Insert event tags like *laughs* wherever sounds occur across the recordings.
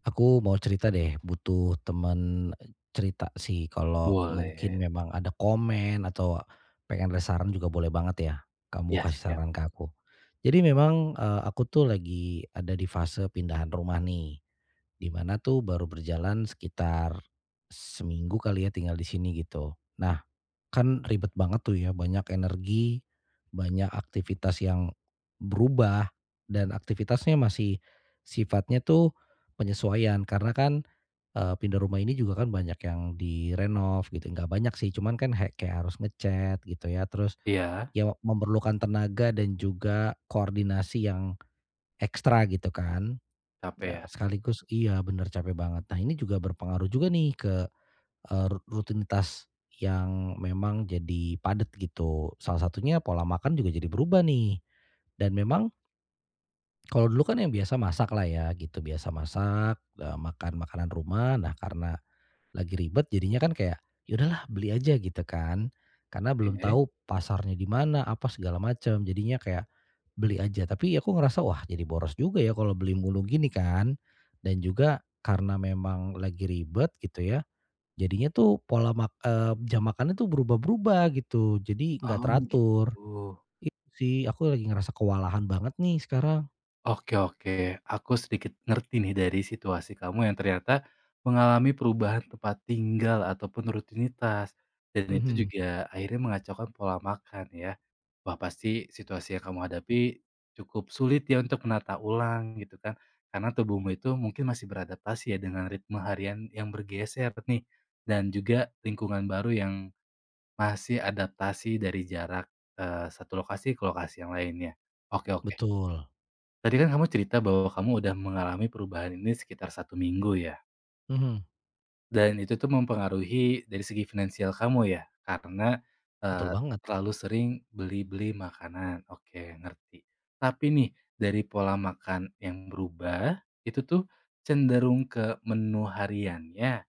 Aku mau cerita deh, butuh temen cerita sih. Kalau mungkin Boleh, memang ada komen atau pengen ada saran juga boleh banget ya. Kamu iya kasih siap. saran ke aku. Jadi memang, aku tuh lagi ada di fase pindahan rumah nih. Di mana tuh baru berjalan sekitar seminggu kali ya tinggal di sini gitu. Nah, kan ribet banget tuh ya, banyak energi, banyak aktivitas yang berubah, dan aktivitasnya masih sifatnya tuh penyesuaian. Karena kan, pindah rumah ini juga kan banyak yang direnov gitu, nggak banyak sih, cuman kan he kayak harus ngecat gitu ya, terus Iya, ya memerlukan tenaga dan juga koordinasi yang ekstra gitu kan. capek ya? Sekaligus iya bener capek banget. Nah ini juga berpengaruh juga nih ke Eee, ru rutinitas yang memang jadi padat gitu. Salah satunya pola makan juga jadi berubah nih. Dan memang kalau dulu kan yang biasa masak lah ya gitu, biasa masak, makan makanan rumah. Nah karena lagi ribet jadinya kan kayak, ya udahlah beli aja gitu kan. Karena belum Oke. tahu pasarnya di mana, apa segala macam, jadinya kayak beli aja. Tapi aku ngerasa, wah jadi boros juga ya kalau beli mulu gini kan. Dan juga karena memang lagi ribet gitu ya, jadinya tuh jam makannya tuh berubah-berubah gitu, jadi nggak Oh teratur. gitu. Itu sih, aku lagi ngerasa kewalahan banget nih sekarang. Oke oke, aku sedikit ngerti nih dari situasi kamu yang ternyata mengalami perubahan tempat tinggal ataupun rutinitas, dan itu Mhm, juga akhirnya mengacaukan pola makan ya. Wah pasti situasi yang kamu hadapi cukup sulit ya untuk menata ulang gitu kan, karena tubuhmu itu mungkin masih beradaptasi ya dengan ritme harian yang bergeser nih, dan juga lingkungan baru yang masih adaptasi dari jarak, satu lokasi ke lokasi yang lainnya. Oke oke. betul. Tadi kan kamu cerita bahwa kamu udah mengalami perubahan ini sekitar satu minggu ya, Mhm, dan itu tuh mempengaruhi dari segi finansial kamu ya? Karena, betul eee, banget. terlalu sering beli-beli makanan. Oke, ngerti. Tapi nih, dari pola makan yang berubah, itu tuh cenderung ke menu hariannya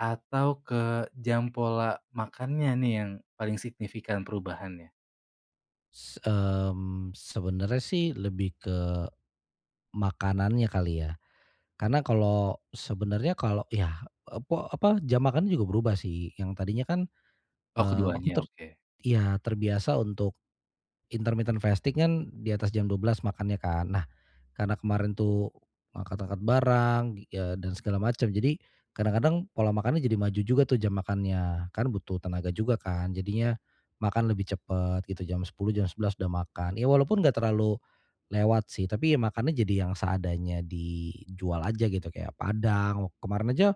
atau ke jam pola makannya nih yang paling signifikan perubahannya? Sebenarnya sih lebih ke makanannya kali ya, karena kalau sebenarnya kalau ya, apa, jam makannya juga berubah sih, yang tadinya kan, Oh eee, aku keduanya, ter oke. iya, terbiasa untuk intermittent fasting kan di atas jam 12.00 makannya kan. Nah, karena kemarin tuh ngangkat-ngangkat barang, ya dan segala macam. Jadi kadang-kadang pola makannya jadi maju juga tuh jam makannya, kan butuh tenaga juga kan. Jadinya makan lebih cepet gitu, jam 10, jam 11 udah makan. Ya walaupun nggak terlalu lewat sih, tapi ya makannya jadi yang seadanya dijual aja gitu, kayak padang. Kemarin aja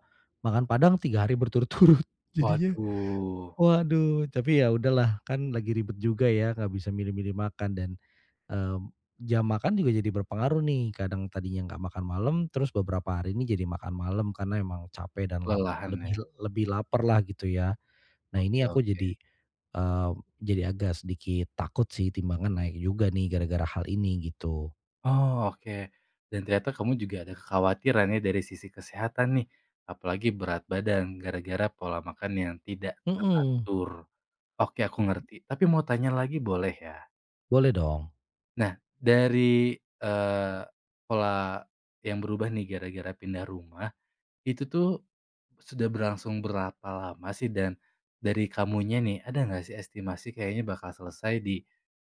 makan padang 3 hari berturut-turut. *laughs* Jadinya Waduh, waduh, tapi ya udahlah, kan lagi ribet juga ya, nggak bisa milih-milih makan dan Mmm, jam makan juga jadi berpengaruh nih, kadang tadinya nggak makan malam, terus beberapa hari ini jadi makan malam karena emang capek dan lap kelelahan ya? lebih lebih lapar lah gitu ya. Nah Oke ini aku oke. jadi, eee, jadi agak sedikit takut sih timbangan naik juga nih gara-gara hal ini gitu. Oh oke, dan ternyata kamu juga ada kekhawatiran ya dari sisi kesehatan nih, apalagi berat badan gara-gara pola makan yang tidak Mhm, teratur. Oke aku ngerti, tapi mau tanya lagi boleh ya? boleh dong. Nah dari, pola yang berubah nih gara-gara pindah rumah, itu tuh sudah berlangsung berapa lama sih? Dan dari kamunya nih, ada nggak sih estimasi kayaknya bakal selesai di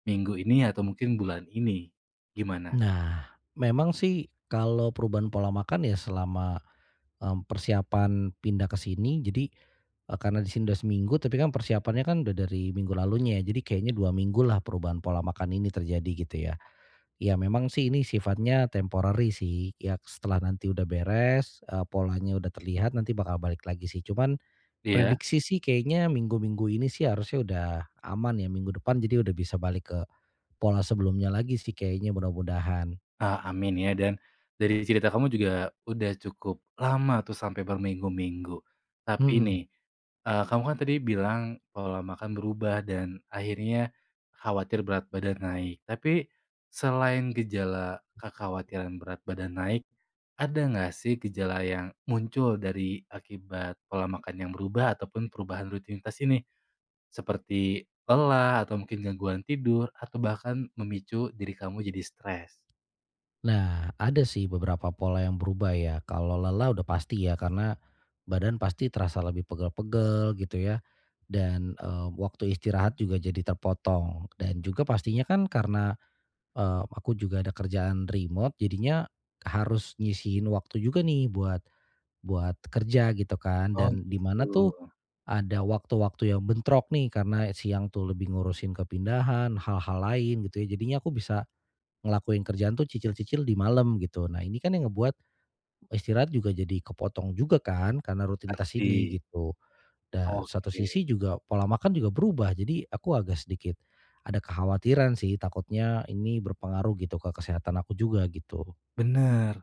minggu ini atau mungkin bulan ini? Gimana? Nah, memang sih kalau perubahan pola makan ya selama, persiapan pindah ke sini jadi, karena di sini udah seminggu tapi kan persiapannya kan udah dari minggu lalunya ya jadi kayaknya 2 minggu lah perubahan pola makan ini terjadi gitu ya. Ya memang sih ini sifatnya temporary sih ya setelah nanti udah beres, polanya udah terlihat nanti bakal balik lagi sih cuman Iya. prediksi sih kayaknya minggu-minggu ini sih harusnya udah aman ya minggu depan jadi udah bisa balik ke pola sebelumnya lagi sih kayaknya mudah-mudahan. Ah, amin ya dan dari cerita kamu juga udah cukup lama tuh sampai berminggu-minggu. Tapi Mhm. nih, kamu kan tadi bilang pola makan berubah dan akhirnya khawatir berat badan naik. Tapi selain gejala kekhawatiran berat badan naik, ada nggak sih gejala yang muncul dari akibat pola makan yang berubah ataupun perubahan rutinitas ini? Seperti lelah atau mungkin gangguan tidur atau bahkan memicu diri kamu jadi stres? Nah, ada sih beberapa pola yang berubah ya. Kalau lelah udah pasti ya, karena badan pasti terasa lebih pegel-pegel gitu ya. Dan, waktu istirahat juga jadi terpotong. Dan juga pastinya kan karena, aku juga ada kerjaan remote, jadinya harus nyisihin waktu juga nih buat buat kerja gitu kan. Oh Dan di gitu, mana tuh ada waktu-waktu yang bentrok nih, karena siang tuh lebih ngurusin kepindahan, hal-hal lain gitu ya. Jadinya aku bisa ngelakuin kerjaan tuh cicil-cicil di malam gitu. Nah ini kan yang ngebuat istirahat juga jadi kepotong juga kan karena rutinitas ngerti. ini gitu. Da satu Oke, sisi juga pola makan juga berubah jadi aku agak sedikit ada kekhawatiran sih takutnya ini berpengaruh gitu ke kesehatan aku juga gitu. bener.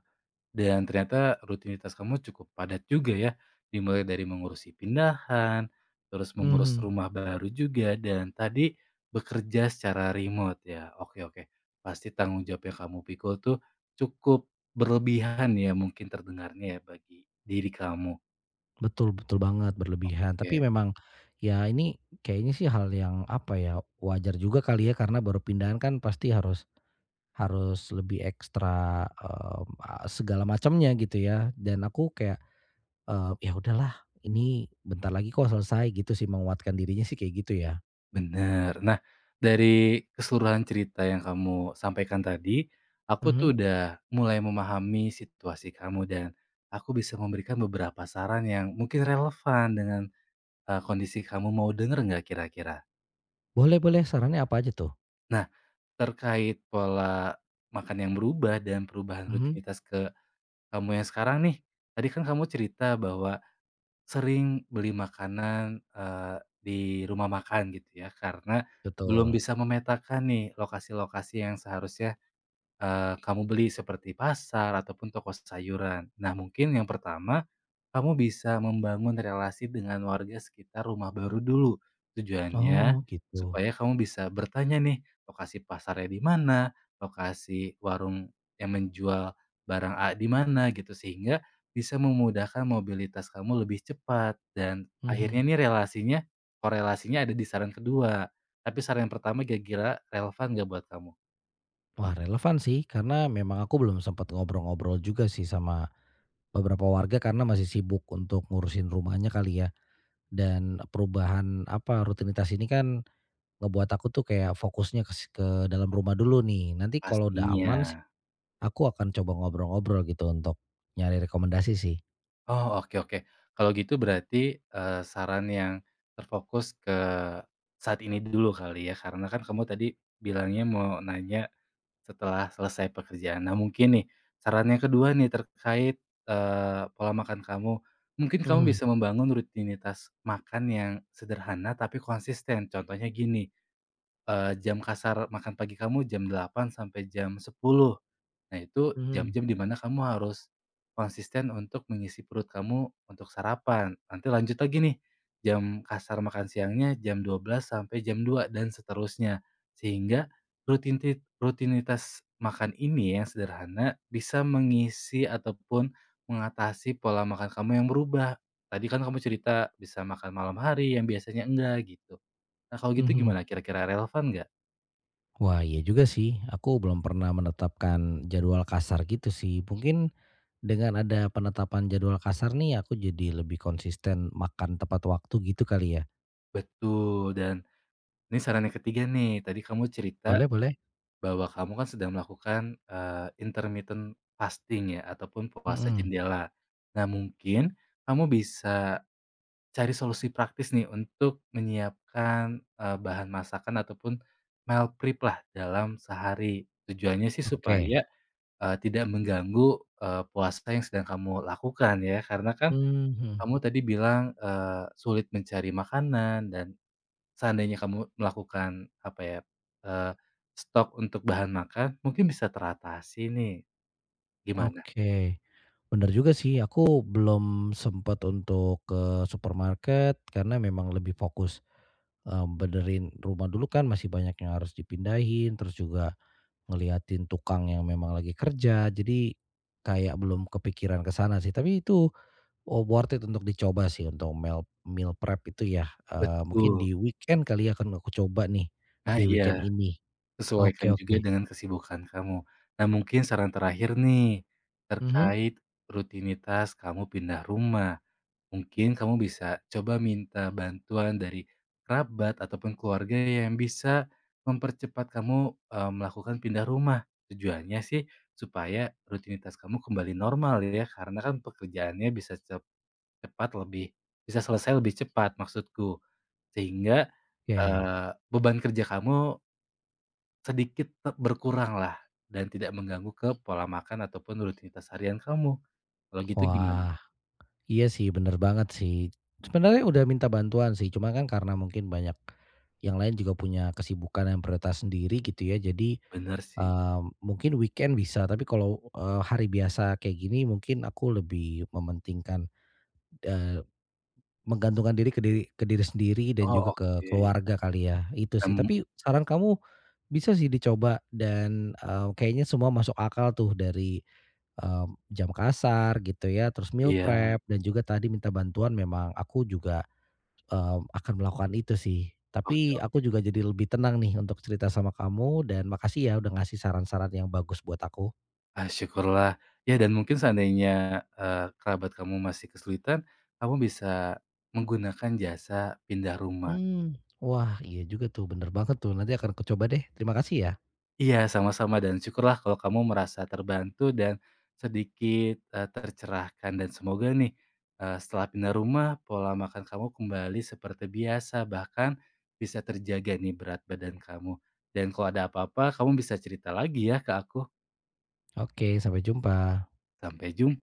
Dan ternyata rutinitas kamu cukup padat juga ya, dimulai dari mengurusi pindahan, terus mengurus Mhm, rumah baru juga, dan tadi bekerja secara remote ya. Oke oke, pasti tanggung jawab yang kamu pikul tuh cukup berlebihan ya mungkin terdengarnya ya bagi diri kamu. betul betul banget berlebihan Oke. tapi memang ya ini kayaknya sih hal yang apa ya, wajar juga kali ya karena baru pindahan kan pasti harus Harus lebih ekstra, segala macamnya gitu ya dan aku kayak, ya udahlah ini bentar lagi kok selesai gitu sih menguatkan dirinya sih kayak gitu ya. Bener. Nah, dari keseluruhan cerita yang kamu sampaikan tadi, aku tuh Mhm. udah mulai memahami situasi kamu dan aku bisa memberikan beberapa saran yang mungkin relevan dengan, kondisi kamu. Mau denger nggak kira-kira? Boleh boleh sarannya apa aja tuh? Nah, terkait pola makan yang berubah dan perubahan Mhm. rutinitas ke kamu yang sekarang nih, tadi kan kamu cerita bahwa sering beli makanan, di rumah makan gitu ya, karena belum Betul. bisa memetakan nih lokasi-lokasi yang seharusnya kamu beli seperti pasar ataupun toko sayuran. Nah, mungkin yang pertama, kamu bisa membangun relasi dengan warga sekitar rumah baru dulu. Mhm. Tujuannya Oh. Gitu. supaya kamu bisa bertanya nih, lokasi pasarnya di mana, lokasi warung yang menjual barang A di mana gitu, sehingga bisa memudahkan mobilitas kamu lebih cepat dan akhirnya Mhm. nih relasinya korelasinya ada di saran kedua. Tapi saran yang pertama kira-kira relevan nggak buat kamu? Wah relevan sih karena memang aku belum sempat ngobrol-ngobrol juga sih sama beberapa warga karena masih sibuk untuk ngurusin rumahnya kali ya dan perubahan, apa, rutinitas ini kan ngebuat aku tuh kayak fokusnya ke dalam rumah dulu nih. Nanti kalau udah aman sih, Pastinya. aku akan coba ngobrol-ngobrol gitu untuk nyari rekomendasi sih. Oh, oke oke. Kalau gitu berarti, saran yang terfokus ke saat ini dulu kali ya, karena kan kamu tadi bilangnya mau nanya setelah selesai pekerjaan. Nah, mungkin nih saran yang kedua nih terkait, pola makan kamu. Mungkin kamu Mhm, bisa membangun rutinitas makan yang sederhana tapi konsisten. Contohnya gini, jam kasar makan pagi kamu jam 8 sampai jam 10. Nah, itu mhm, jam-jam di mana kamu harus konsisten untuk mengisi perut kamu untuk sarapan. Nanti lanjut lagi nih, jam kasar makan siangnya jam 12.00 sampai jam 2 dan seterusnya. Sehingga rutinitas makan ini yang sederhana bisa mengisi ataupun mengatasi pola makan kamu yang berubah. Tadi kan kamu cerita bisa makan malam hari yang biasanya enggak gitu. Nah, kalau gitu mhm. gimana kira-kira relevan nggak? Wah, iya juga sih. Aku belum pernah menetapkan jadwal kasar gitu sih. Mungkin dengan ada penetapan jadwal kasar nih, aku jadi lebih konsisten makan tepat waktu gitu kali ya? Betul, dan ini saran yang ketiga nih, tadi kamu cerita Boleh boleh. bahwa kamu kan sedang melakukan, intermittent fasting ya ataupun puasa Mhm. jendela. Nah mungkin kamu bisa cari solusi praktis nih untuk menyiapkan, bahan masakan ataupun meal prep lah dalam sehari. Tujuannya sih Oke. supaya, tidak mengganggu, puasa yang sedang kamu lakukan ya. Karena kan Mhm, kamu tadi bilang, sulit mencari makanan dan seandainya kamu melakukan apa ya, eee, stok untuk bahan makan mungkin bisa teratasi nih, gimana? oke. Bener juga sih, aku belum sempet untuk ke supermarket karena memang lebih fokus, benerin rumah dulu kan masih banyak yang harus dipindahin, terus juga ngeliatin tukang yang memang lagi kerja, jadi kayak belum kepikiran ke sana sih. Tapi itu, oh worth it untuk dicoba sih untuk meal meal prep itu ya, mungkin Betul. di weekend kali ya akan aku coba nih, Nah di weekend iya, ini. sesuaikan Oke juga oke. dengan kesibukan kamu. Nah mungkin saran terakhir nih, Mhm, terkait rutinitas kamu pindah rumah. Mungkin kamu bisa coba minta bantuan dari kerabat ataupun keluarga yang bisa mempercepat kamu melakukan pindah rumah. Tujuannya sih supaya rutinitas kamu kembali normal ya, karena kan pekerjaannya bisa cepat lebih bisa selesai lebih cepat maksudku. Sehingga oke. Beban kerja kamu sedikit berkurang lah dan tidak mengganggu ke pola makan ataupun rutinitas harian kamu. Kalau gitu gimana? Wah. Iya sih, bener banget sih. Sebenarnya udah minta bantuan sih, cuma kan karena mungkin banyak yang lain juga punya kesibukan yang prioritas sendiri gitu ya. Jadi, Bener sih. Mungkin weekend bisa, tapi kalau, hari biasa kayak gini mungkin aku lebih mementingkan, eee, menggantungkan diri ke diri sendiri dan Oh, juga ke oke. keluarga kali ya, itu sih. Nah, Tapi saran kamu bisa sih dicoba dan, kayaknya semua masuk akal tuh dari eee, jam kasar gitu ya, terus meal iya, prep dan juga tadi minta bantuan memang aku juga, akan melakukan itu sih. oke Tapi aku oke. juga jadi lebih tenang nih untuk cerita sama kamu dan makasih ya udah ngasih saran-saran yang bagus buat aku. Ah, syukurlah. Ya dan mungkin seandainya, kerabat kamu masih kesulitan, kamu bisa menggunakan jasa pindah rumah. Wah iya juga tuh bener banget tuh nanti akan aku coba deh. Terima kasih ya. Iya, sama-sama dan syukurlah kalau kamu merasa terbantu dan sedikit, tercerahkan dan semoga nih, setelah pindah rumah, pola makan kamu kembali seperti biasa, bahkan bisa terjaga nih berat badan kamu. Dan kalau ada apa-apa kamu bisa cerita lagi ya ke aku. Oke sampai jumpa. Sampai jum